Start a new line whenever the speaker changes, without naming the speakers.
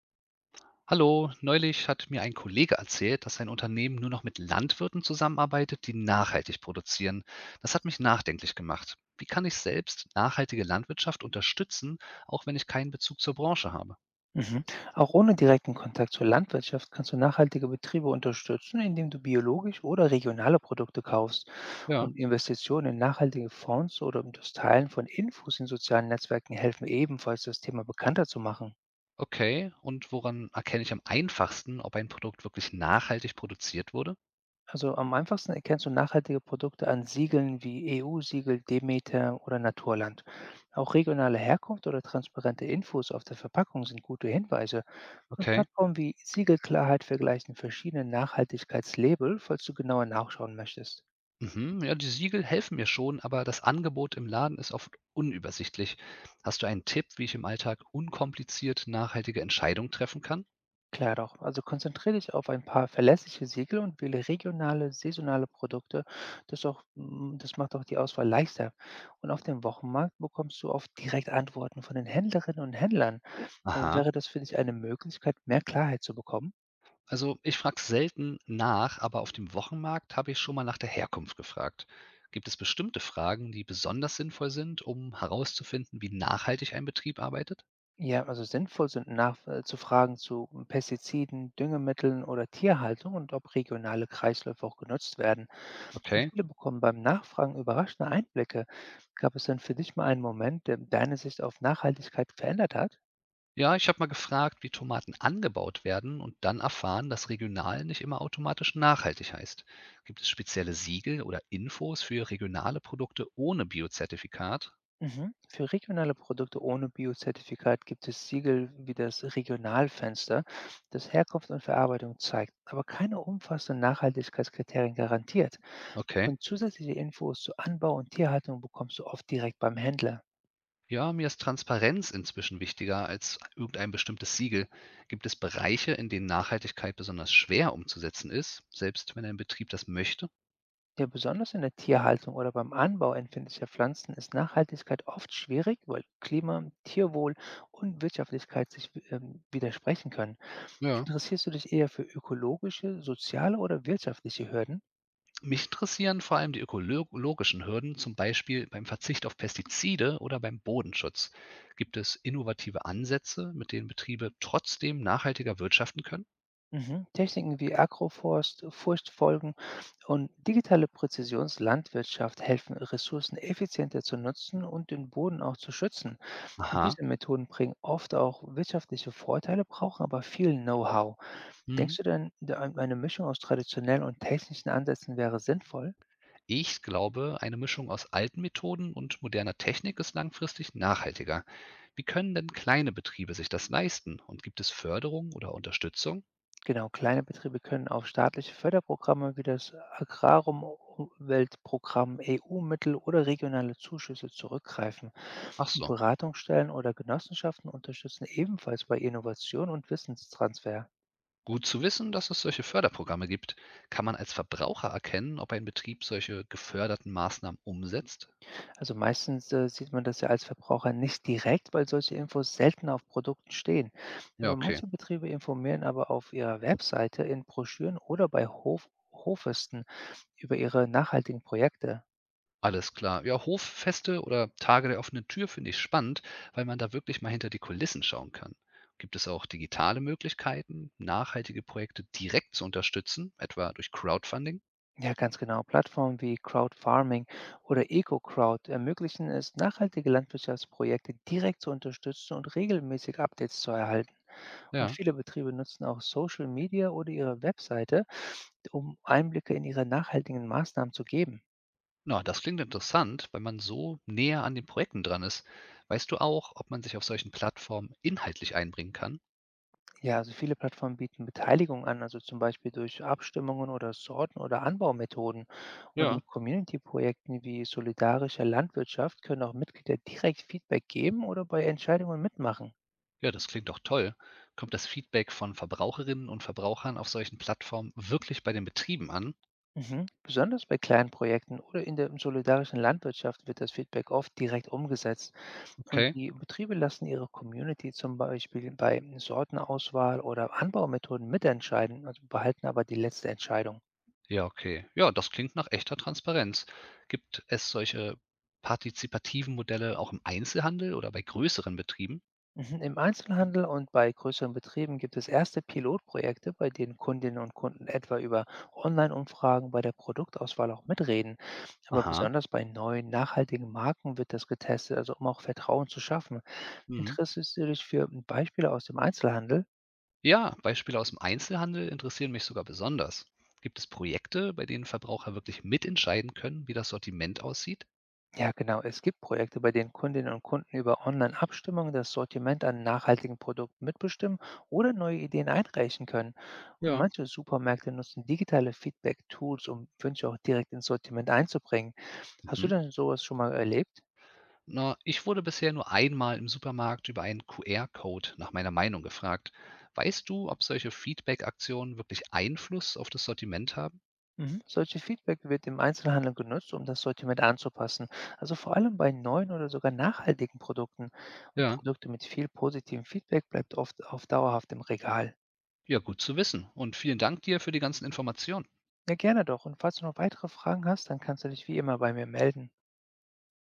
Hallo, neulich hat mir ein Kollege erzählt, dass sein Unternehmen nur noch mit Landwirten zusammenarbeitet, die nachhaltig produzieren. Das hat mich nachdenklich gemacht. Wie kann ich selbst nachhaltige Landwirtschaft unterstützen, auch wenn ich keinen Bezug zur Branche habe?
Mhm. Auch ohne direkten Kontakt zur Landwirtschaft kannst du nachhaltige Betriebe unterstützen, indem du biologisch oder regionale Produkte kaufst,
Ja,
und Investitionen in nachhaltige Fonds oder um das Teilen von Infos in sozialen Netzwerken helfen ebenfalls, das Thema bekannter zu machen.
okay. Und woran erkenne ich am einfachsten, ob ein Produkt wirklich nachhaltig produziert wurde?
Also am einfachsten erkennst du nachhaltige Produkte an Siegeln wie EU-Siegel, Demeter oder Naturland. Auch regionale Herkunft oder transparente Infos auf der Verpackung sind gute Hinweise. Und
Okay.
Plattformen wie Siegelklarheit vergleichen verschiedene Nachhaltigkeitslabel, falls du genauer nachschauen möchtest.
Mhm, ja, die Siegel helfen mir schon, aber das Angebot im Laden ist oft unübersichtlich. Hast du einen Tipp, wie ich im Alltag unkompliziert nachhaltige Entscheidungen treffen kann?
Klar doch, also konzentriere dich auf ein paar verlässliche Siegel und wähle regionale, saisonale Produkte. Das macht auch die Auswahl leichter. Und auf dem Wochenmarkt bekommst du oft direkt Antworten von den Händlerinnen und Händlern. Aber
Aha.
wäre das für dich eine Möglichkeit, mehr Klarheit zu bekommen?
Also ich frage selten nach, aber auf dem Wochenmarkt habe ich schon mal nach der Herkunft gefragt. Gibt es bestimmte Fragen, die besonders sinnvoll sind, um herauszufinden, wie nachhaltig ein Betrieb arbeitet?
Ja, also sinnvoll sind nach, zu Fragen zu Pestiziden, Düngemitteln oder Tierhaltung und ob regionale Kreisläufe auch genutzt werden. Und
Okay.
viele bekommen beim Nachfragen überraschende Einblicke. Gab es denn für dich mal einen Moment, der deine Sicht auf Nachhaltigkeit verändert hat?
Ja, ich habe mal gefragt, wie Tomaten angebaut werden und dann erfahren, dass regional nicht immer automatisch nachhaltig heißt. Gibt es spezielle Siegel oder Infos für regionale Produkte ohne Biozertifikat?
Mhm. Für regionale Produkte ohne Biozertifikat gibt es Siegel wie das Regionalfenster, das Herkunft und Verarbeitung zeigt, aber keine umfassenden Nachhaltigkeitskriterien garantiert.
Okay.
Und zusätzliche Infos zu Anbau und Tierhaltung bekommst du oft direkt beim Händler.
Ja, mir ist Transparenz inzwischen wichtiger als irgendein bestimmtes Siegel. Gibt es Bereiche, in denen Nachhaltigkeit besonders schwer umzusetzen ist, selbst wenn ein Betrieb das möchte?
Ja, besonders in der Tierhaltung oder beim Anbau empfindlicher Pflanzen ist Nachhaltigkeit oft schwierig, weil Klima, Tierwohl und Wirtschaftlichkeit sich widersprechen können.
Ja,
Interessierst du dich eher für ökologische, soziale oder wirtschaftliche Hürden?
mich interessieren vor allem die ökologischen Hürden, zum Beispiel beim Verzicht auf Pestizide oder beim Bodenschutz. Gibt es innovative Ansätze, mit denen Betriebe trotzdem nachhaltiger wirtschaften können?
Mhm. Techniken wie Agroforst, Furchtfolgen und digitale Präzisionslandwirtschaft helfen, Ressourcen effizienter zu nutzen und den Boden auch zu schützen. Und
Aha.
diese Methoden bringen oft auch wirtschaftliche Vorteile, brauchen aber viel Know-how.
Hm.
Denkst du denn, eine Mischung aus traditionellen und technischen Ansätzen wäre sinnvoll?
Ich glaube, eine Mischung aus alten Methoden und moderner Technik ist langfristig nachhaltiger. Wie können denn kleine Betriebe sich das leisten und gibt es Förderung oder Unterstützung?
Genau, kleine Betriebe können auf staatliche Förderprogramme wie das Agrarumweltprogramm, EU-Mittel oder regionale Zuschüsse zurückgreifen.
Ach so,
Beratungsstellen oder Genossenschaften unterstützen ebenfalls bei Innovation und Wissenstransfer.
gut zu wissen, dass es solche Förderprogramme gibt. Kann man als Verbraucher erkennen, ob ein Betrieb solche geförderten Maßnahmen umsetzt?
Also meistens, sieht man das ja als Verbraucher nicht direkt, weil solche Infos selten auf Produkten stehen.
Ja,
Aber
okay.
manche Betriebe informieren aber auf ihrer Webseite, in Broschüren oder bei Hofesten über ihre nachhaltigen Projekte.
Alles klar. Ja, Hoffeste oder Tage der offenen Tür finde ich spannend, weil man da wirklich mal hinter die Kulissen schauen kann. Gibt es auch digitale Möglichkeiten, nachhaltige Projekte direkt zu unterstützen, etwa durch Crowdfunding?
Ja, ganz genau. Plattformen wie Crowdfarming oder EcoCrowd ermöglichen es, nachhaltige Landwirtschaftsprojekte direkt zu unterstützen und regelmäßig Updates zu erhalten. Und
Ja.
viele Betriebe nutzen auch Social Media oder ihre Webseite, um Einblicke in ihre nachhaltigen Maßnahmen zu geben.
Na, das klingt interessant, weil man so näher an den Projekten dran ist. Weißt du auch, ob man sich auf solchen Plattformen inhaltlich einbringen kann?
Ja, also viele Plattformen bieten Beteiligung an, also zum Beispiel durch Abstimmungen oder Sorten oder Anbaumethoden. Und in
Ja.
Community-Projekten wie solidarischer Landwirtschaft können auch Mitglieder direkt Feedback geben oder bei Entscheidungen mitmachen.
Ja, das klingt doch toll. Kommt das Feedback von Verbraucherinnen und Verbrauchern auf solchen Plattformen wirklich bei den Betrieben an?
Mhm. Besonders bei kleinen Projekten oder in der solidarischen Landwirtschaft wird das Feedback oft direkt umgesetzt. Und
Okay.
die Betriebe lassen ihre Community zum Beispiel bei Sortenauswahl oder Anbaumethoden mitentscheiden, also behalten aber die letzte Entscheidung.
Ja, okay. Ja, das klingt nach echter Transparenz. Gibt es solche partizipativen Modelle auch im Einzelhandel oder bei größeren Betrieben?
Mhm. Im Einzelhandel und bei größeren Betrieben gibt es erste Pilotprojekte, bei denen Kundinnen und Kunden etwa über Online-Umfragen bei der Produktauswahl auch mitreden. Aber
Aha.
besonders bei neuen, nachhaltigen Marken wird das getestet, also um auch Vertrauen zu schaffen.
Mhm.
Interessierst du dich für Beispiele aus dem Einzelhandel?
Ja, Beispiele aus dem Einzelhandel interessieren mich sogar besonders. Gibt es Projekte, bei denen Verbraucher wirklich mitentscheiden können, wie das Sortiment aussieht?
Ja, genau. Es gibt Projekte, bei denen Kundinnen und Kunden über Online-Abstimmungen das Sortiment an nachhaltigen Produkten mitbestimmen oder neue Ideen einreichen können. Und
Ja.
manche Supermärkte nutzen digitale Feedback-Tools, um Wünsche auch direkt ins Sortiment einzubringen. Hast du
Mhm.
denn sowas schon mal erlebt?
Na, ich wurde bisher nur einmal im Supermarkt über einen QR-Code nach meiner Meinung gefragt. Weißt du, ob solche Feedback-Aktionen wirklich Einfluss auf das Sortiment haben?
Mhm. Solche Feedback wird im Einzelhandel genutzt, um das Sortiment anzupassen. Also vor allem bei neuen oder sogar nachhaltigen Produkten. Und
Ja.
Produkte mit viel positivem Feedback bleibt oft auf dauerhaft im Regal.
Ja, gut zu wissen und vielen Dank dir für die ganzen Informationen.
Ja, gerne doch. Und falls du noch weitere Fragen hast, dann kannst du dich wie immer bei mir melden.